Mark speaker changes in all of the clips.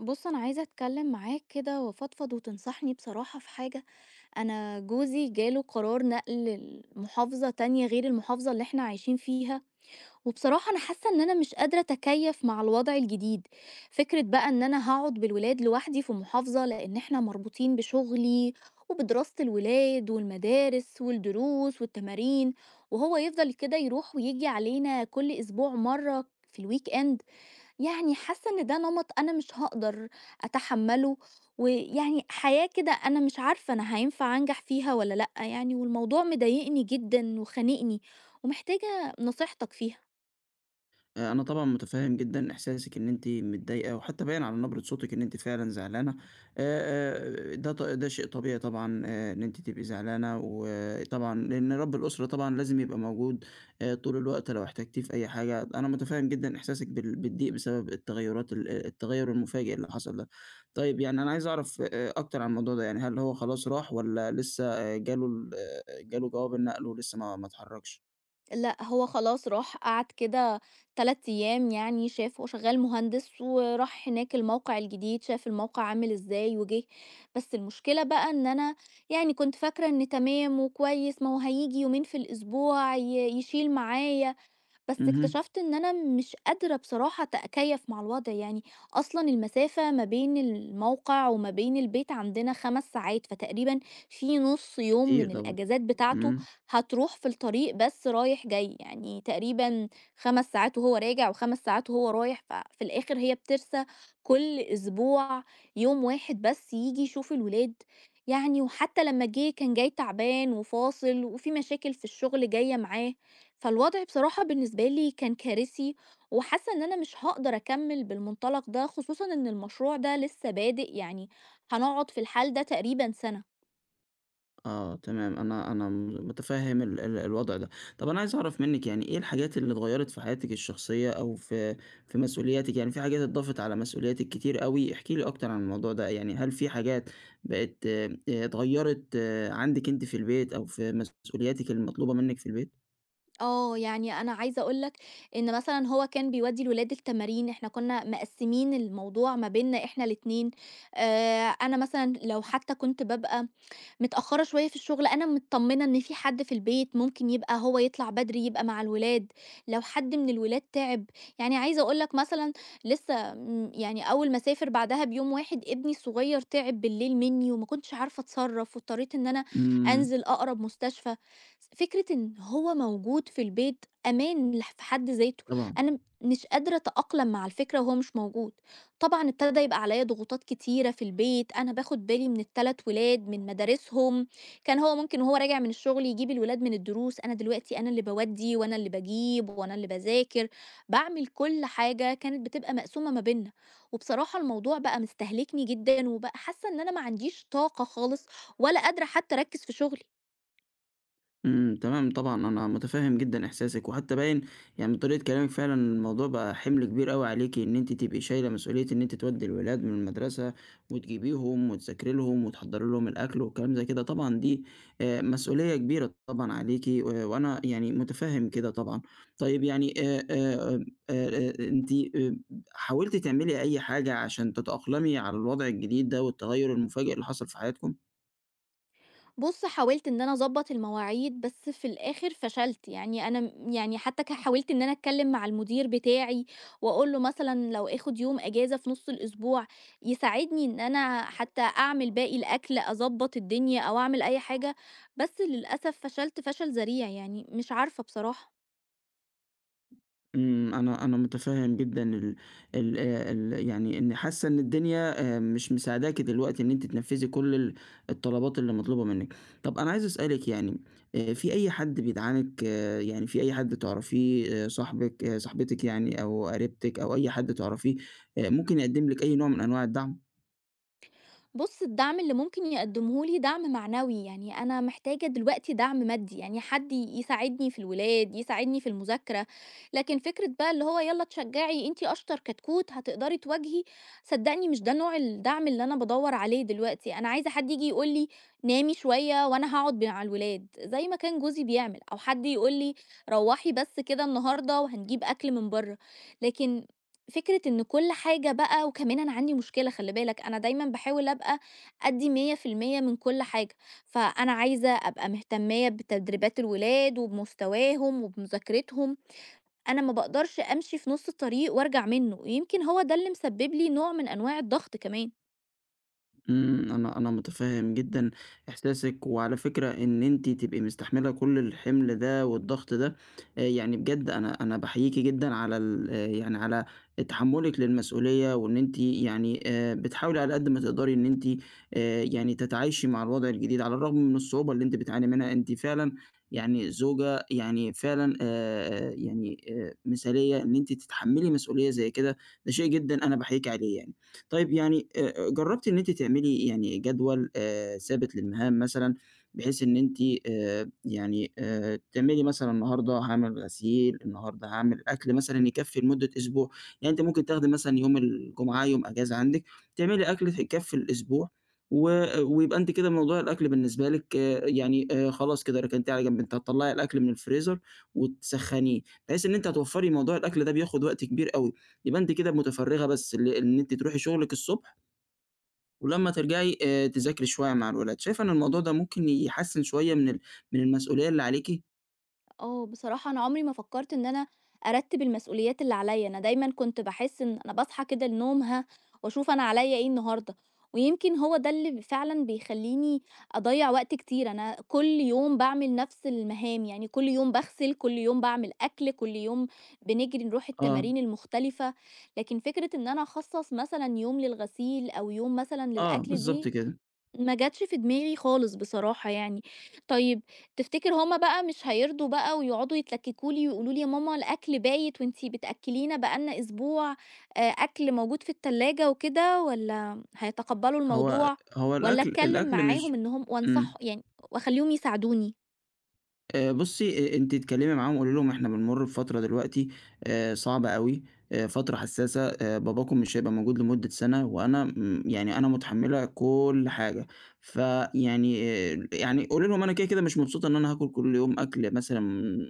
Speaker 1: بص انا عايزه اتكلم معاك كده وافضفض وتنصحني بصراحه في حاجه. انا جوزي جاله قرار نقل لمحافظه تانية غير المحافظه اللي احنا عايشين فيها. وبصراحه انا حاسه ان انا مش قادره اتكيف مع الوضع الجديد. فكره بقى ان انا هقعد بالولاد لوحدي في محافظه لان احنا مربوطين بشغلي وبدراسه الولاد والمدارس والدروس والتمارين، وهو يفضل كده يروح ويجي علينا كل اسبوع مره في الويك اند. يعني حاسة إن ده نمط أنا مش هاقدر أتحمّله، ويعني حياة كده أنا مش عارفة أنا هينفع أنجح فيها والّا لأ يعني، والموضوع مضايقني جدًا وخانقني، ومحتاجة نصيحتك فيها.
Speaker 2: أنا طبعًا متفهم جدًا إحساسِك إن أنتِ متضايقة، وحتى باين على نبرة صوتِك إن أنتِ فعلًا زعلانة، ده شيء طبيعي طبعًا، إن أنتِ تبقي زعلانة، وطبعًا لأن رب الأسرة طبعًا لازم يبقى موجود طول الوقت لو احتجتيه في أي حاجة. أنا متفهم جدًا إحساسِك بالضيق بسبب التغير المفاجئ اللي حصل ده. طيب يعني أنا عايز أعرف أكتر عن الموضوع ده، يعني هل هو خلاص راح والّا لسه، جاله ال آه، جاله جواب النقل ولسه ما اتحركش؟
Speaker 1: لأ، هو خلاص راح قعد كده 3 أيام، يعني شاف، هو شغّال مهندس وراح هناك الموقع الجديد، شاف الموقع عامل إزاي وجِه، بس المشكلة بقى إن أنا يعني كنت فاكرة إن تمام وكويس، ما هو هييجي يومين في الأسبوع يشيل معايا. بس
Speaker 2: اهم.
Speaker 1: اكتشفت إن أنا مش قادرة بصراحة أتكيّف مع الوضع، يعني أصلًا المسافة ما بين الموقع وما بين البيت عندنا 5 ساعات، فتقريبًا في نُص يوم
Speaker 2: كتير
Speaker 1: من
Speaker 2: طبعًا.
Speaker 1: الأجازات بتاعته
Speaker 2: إمم.
Speaker 1: هتروح في الطريق بس رايح جاي، يعني تقريبًا 5 ساعات وهو راجع و5 ساعات وهو رايح، ففي الآخر هي بترسى كل أسبوع يوم واحد بس ييجي يشوف الولاد. يعني وحتى لمّا جه كان جاي تعبان وفاصل وفي مشاكل في الشغل جاية معاه. فالوضع بصراحة بالنسبة لي كان كارثي، وحاسة إن أنا مش هاقدر أكمّل بالمنطلق ده، خصوصًا إن المشروع ده لسه بادئ، يعني هنقعد في الحال ده تقريبًا سَنة.
Speaker 2: آه تمام، أنا متفهم ال ال الوضع ده. طَب أنا عايز أعرف منِّك يعني إيه الحاجات اللي اتغيّرت في حياتِك الشخصية أو في في مسؤولياتِك، يعني في حاجات اتضافت على مسؤولياتِك كتير أوي. احكي لي أكتر عن الموضوع ده، يعني هل في حاجات بقت اتغيّرت، آه، عندِك أنتِ في البيت أو في مسؤولياتِك المطلوبة منِّك في البيت؟
Speaker 1: آه، يعني أنا عايزة أقول لك إن مثلًا هو كان بيودّي الولاد التمارين، إحنا كُنّا مقسّمين الموضوع ما بيننا إحنا الاتنين. أنا مثلًا لو حتى كنت بابقى متأخّرة شوية في الشغل، أنا متطمّنة إن في حد في البيت، ممكن يبقى هو يطلع بدري يبقى مع الولاد، لو حد من الولاد تعب. يعني عايزة أقول لك مثلًا لسه، يعني أول ما أسافر بعدها بيوم واحد ابني الصغير تعب بالليل منّي وما كنتش عارفة أتصرّف واضطريت إن أنا
Speaker 2: إمم.
Speaker 1: أنزل أقرب مستشفى. فكرة إن هو موجود في البيت أمان في حد ذاته.
Speaker 2: طبعًا.
Speaker 1: أنا مش قادرة أتأقلم مع الفكرة وهو مش موجود. طبعا ابتدى يبقى عليا ضغوطات كتيرة في البيت، أنا باخد بالي من التلات ولاد من مدارسهم. كان هو ممكن وهو راجع من الشغل يجيب الولاد من الدروس، أنا دلوقتي أنا اللي بودي وأنا اللي بجيب وأنا اللي بذاكر، بعمل كل حاجة كانت بتبقى مقسومة ما بينا. وبصراحة الموضوع بقى مستهلكني جدا، وبقى حاسة إن أنا ما عنديش طاقة خالص، ولا قادرة حتى أركز في شغلي.
Speaker 2: إمم، تمام طبعًا، أنا متفهم جدًا إحساسِك، وحتى باين يعني من طريقة كلامِك فعلًا إن الموضوع بقى حِمل كبير أوي عليكِ، إن أنتِ تبقي شايلة مسؤولية إن أنتِ تودّي الولاد من المدرسة، وتجيبيهم وتذاكري لهم وتحضّري لهم الأكل وكلام زي كده. طبعًا دي مسؤولية كبيرة طبعًا عليكِ، وأنا يعني متفهم كده طبعًا. طيب يعني، آمم أنتِ حاولتِ تعملي أي حاجة عشان تتأقلمي على الوضع الجديد ده والتغيُّر المفاجئ اللي حصل في حياتكم؟
Speaker 1: بُص، حاولت إن أنا أضبّط المواعيد، بس في الآخر فشلت، يعني أنا م يعني حتى ك حاولت إن أنا أتكلّم مع المدير بتاعي، وأقول له مثلًا لو آخُد يوم إجازة في نُص الأسبوع، يساعدني إن أنا حتى أعمل باقي الأكل، أضبّط الدنيا أو أعمل أي حاجة، بس للأسف فشلت فشل ذريع، يعني مش عارفة بصراحة.
Speaker 2: إمم، أنا متفهم جدًا ال ال ال يعني إن حاسة إن الدنيا مش مساعداكِ دلوقتي إن أنتِ تنفذي كل الطلبات اللي مطلوبة منِك. طب أنا عايز أسألِك يعني، في أي حد بيدعمِك، آه، يعني في أي حد تعرفيه، صاحبِك، آه، صاحبتِك يعني أو قريبتِك أو أي حد تعرفيه ممكن يقدم لِك أي نوع من أنواع الدعم؟
Speaker 1: بُص، الدعم اللي ممكن يقدمه لي دعم معنوي، يعني أنا محتاجة دلوقتي دعم مادي، يعني حد يساعدني في الولاد، يساعدني في المذاكرة. لكن فكرة بقى اللي هو يالّا اتشجعي أنتِ أشطر كتكوت هتقدري تواجهي، صدّقني مش ده نوع الدعم اللي أنا بادوّر عليه دلوقتي. أنا عايزة حد ييجي يقول لي نامي شوية وأنا هاقعد مع الولاد، زي ما كان جوزي بيعمل، أو حد يقول لي روّحي بس كده النهارده وهنجيب أكل من برّه. لكن فكرة إن كل حاجة بقى، وكمان أنا عندي مشكلة خلّي بالك، أنا دايمًا باحاول أبقى أدّي 100% من كل حاجة، فأنا عايزة أبقى مهتمية بتدريبات الولاد وبمستواهم وبمذاكرتهم. أنا ما باقدرش أمشي في نُص الطريق وأرجع منه، ويمكن هو ده اللي مسبب لي نوع من أنواع الضغط كمان.
Speaker 2: إمم، أنا متفهم جدًا إحساسِك، وعلى فكرة إن أنتِ تبقي مستحملة كل الحمل ده والضغط ده. يعني بجد، أنا باحييكِ جدًا على، ال آه، يعني على تحملِك للمسؤولية، وإن أنتِ يعني بتحاولي على قد ما تقدري إن أنتِ يعني تتعايشي مع الوضع الجديد، على الرغم من الصعوبة اللي أنتِ بتعاني منها. أنتِ فعلًا يعني زوجة يعني فعلًا، يعني مثالية، إن أنتِ تتحملي مسؤولية زي كده. ده شيء جدًا أنا باحييكِ عليه يعني. طيب يعني، جرّبتِ إن أنتِ تعملي يعني جدول ثابت للمهام مثلًا، بحيث إن أنتِ يعني تعملي مثلًا النهارده هاعمل غسيل، النهارده هاعمل أكل مثلًا يكفّي لمدة أسبوع. يعني أنتِ ممكن تاخدي مثلًا يوم الجمعة يوم أجازة عندِك، تعملي أكل ف يكفّي الأسبوع، ويبقى أنتِ كده موضوع الأكل بالنسبة لِك، آه، يعني خلاص كده ركنتيه على جنب. أنتِ هتطلّعي الأكل من الفريزر وتسخّنيه، بحيث إن أنتِ هتوفّري موضوع الأكل ده بياخد وقت كبير أوي. يبقى أنتِ كده متفرّغة بس ل إن أنتِ تروحي شغلِك الصبح ولمّا ترجعي تذاكري شوية مع الولاد. شايفة إن الموضوع ده ممكن يحسّن شوية من ال من المسؤولية اللي عليكِ؟
Speaker 1: آه، بصراحة أنا عمري ما فكرت إن أنا أرتب المسؤوليات اللي عليا، أنا دايمًا كنت باحس إن أنا باصحى كده النوم وأشوف أنا عليا إيه النهارده، ويمكن هو ده اللي فعلًا بيخلّيني أضيّع وقت كتير. أنا كل يوم باعمل نفس المهام، يعني كل يوم باغسل، كل يوم باعمل أكل، كل يوم بنجري نروح
Speaker 2: آه.
Speaker 1: التمارين المختلفة، لكن فكرة إن أنا أخصّص مثلًا يوم للغسيل أو يوم مثلًا
Speaker 2: آه
Speaker 1: للأكل
Speaker 2: بالضبط
Speaker 1: دي
Speaker 2: كده.
Speaker 1: ما جاتش في دماغي خالص بصراحة يعني. طيب تفتكر هُم بقى مش هيرضوا بقى، ويقعدوا يتلككوا لي ويقولوا لي: "يا ماما الأكل بايت وأنتِ بتأكلينا بقى لنا أسبوع، أكل موجود في التلاجة وكده." والّا هيتقبلوا
Speaker 2: هو
Speaker 1: الموضوع،
Speaker 2: هو
Speaker 1: والّا
Speaker 2: الأكل
Speaker 1: أتكلم
Speaker 2: الأكل مش…
Speaker 1: معاهم إن هُم وأنصح
Speaker 2: إمم.
Speaker 1: يعني وأخليهم يساعدوني؟
Speaker 2: بُصّي، أنتِ اتكلّمي معاهم قولي لهم إحنا بنمُر بفترة دلوقتي صعبة أوي، فترة حسّاسة. باباكم مش هيبقى موجود لمدة سَنة، وأنا يعني أنا مُتحمّلة كل حاجة. فيعني، يعني قولي لهم أنا كده، كده مش مبسوطة إن أنا هاكل كل يوم أكل مثلًا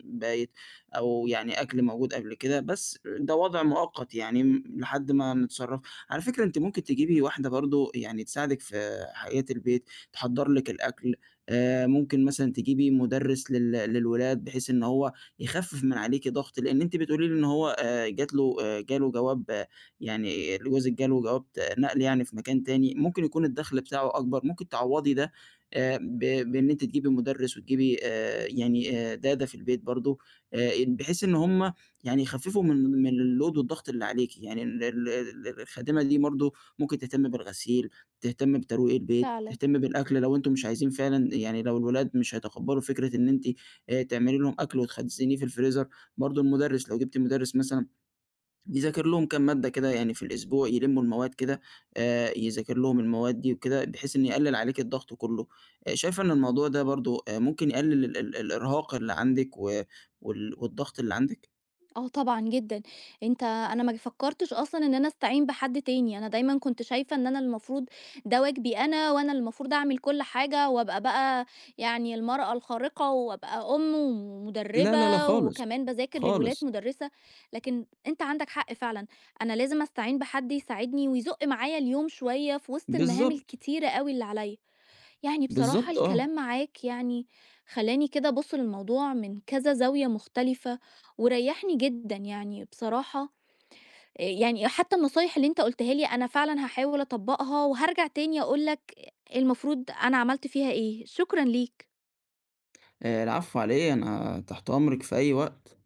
Speaker 2: بايت أو يعني أكل موجود قبل كده، بس ده وضع مؤقت يعني م لحد ما نتصرّف. على فكرة أنتِ ممكن تجيبي واحدة برضه يعني تساعدِك في حاجات البيت، تحضّر لِك الأكل. ممكن مثلًا تجيبي مُدرِّس للولاد بحيث إن هو يخفِّف من عليكِ ضغط، لإن أنتِ بتقولي لي إن هو، جات له جاله جواب، آه، يعني جوزِك جاله جواب نقل يعني في مكان تاني. ممكن يكون الدخْل بتاعه أكبر، ممكن تعوّضي ده ب بإن أنتِ تجيبي مُدرِّس وتجيبي يعني دادة في البيت برضه، بحيث إن هم يعني يخفِّفوا من من الload والضغط اللي عليكِ. يعني ال ال ال الخادمة دي برضه ممكن تهتم بالغسيل، تهتم بترويق البيت،
Speaker 1: فعلًا.
Speaker 2: تهتم بالأكل. لو أنتم مش عايزين فعلًا، يعني لو الولاد مش هيتقبّلوا فكرة إن أنتِ تعملي لهم أكل وتخزّنيه في الفريزر، برضه المُدرِّس لو جِبتِ مُدرِّس مثلًا يذاكر لهم كام مادة كده يعني في الأسبوع، يلمّوا المواد كده يذاكر لهم المواد دي وكده، بحيث إنه يقلِّل عليكِ الضغط كُلّه. شايفة إن الموضوع ده برضه ممكن يقلِّل ال ال الإرهاق اللي عندِك و وال والضغط اللي عندِك؟
Speaker 1: آه طبعًا جدًا. أنا ما فكّرتش أصلًا إن أنا أستعين بحد تاني، أنا دايمًا كنت شايفة إن أنا المفروض ده واجبي أنا، وأنا اللي المفروض أعمل كل حاجة، وأبقى بقى يعني المرأة الخارقة، وأبقى أم
Speaker 2: لا، لا، لا
Speaker 1: ومدربة،
Speaker 2: خالص،
Speaker 1: وكمان باذاكر للولاد
Speaker 2: خالص.
Speaker 1: مدرسة. لكن أنت عندك حق فعلًا، أنا لازم أستعين بحد يساعدني ويزُق معايا اليوم شوية في وسط المهام
Speaker 2: بالضبط.
Speaker 1: الكتيرة أوي اللي عليَّ. يعني بصراحة
Speaker 2: بالضبط آه.
Speaker 1: الكلام معاك يعني خلاني كده أبص للموضوع من كذا زاوية مختلفة، وريحني جدا يعني بصراحة. إيه يعني، حتى النصايح اللي انت قلتها لي أنا فعلا هحاول أطبقها وهرجع تاني أقولك المفروض أنا عملت فيها إيه. شكرا ليك.
Speaker 2: العفو على إيه، أنا تحت أمرِك في أي وقت.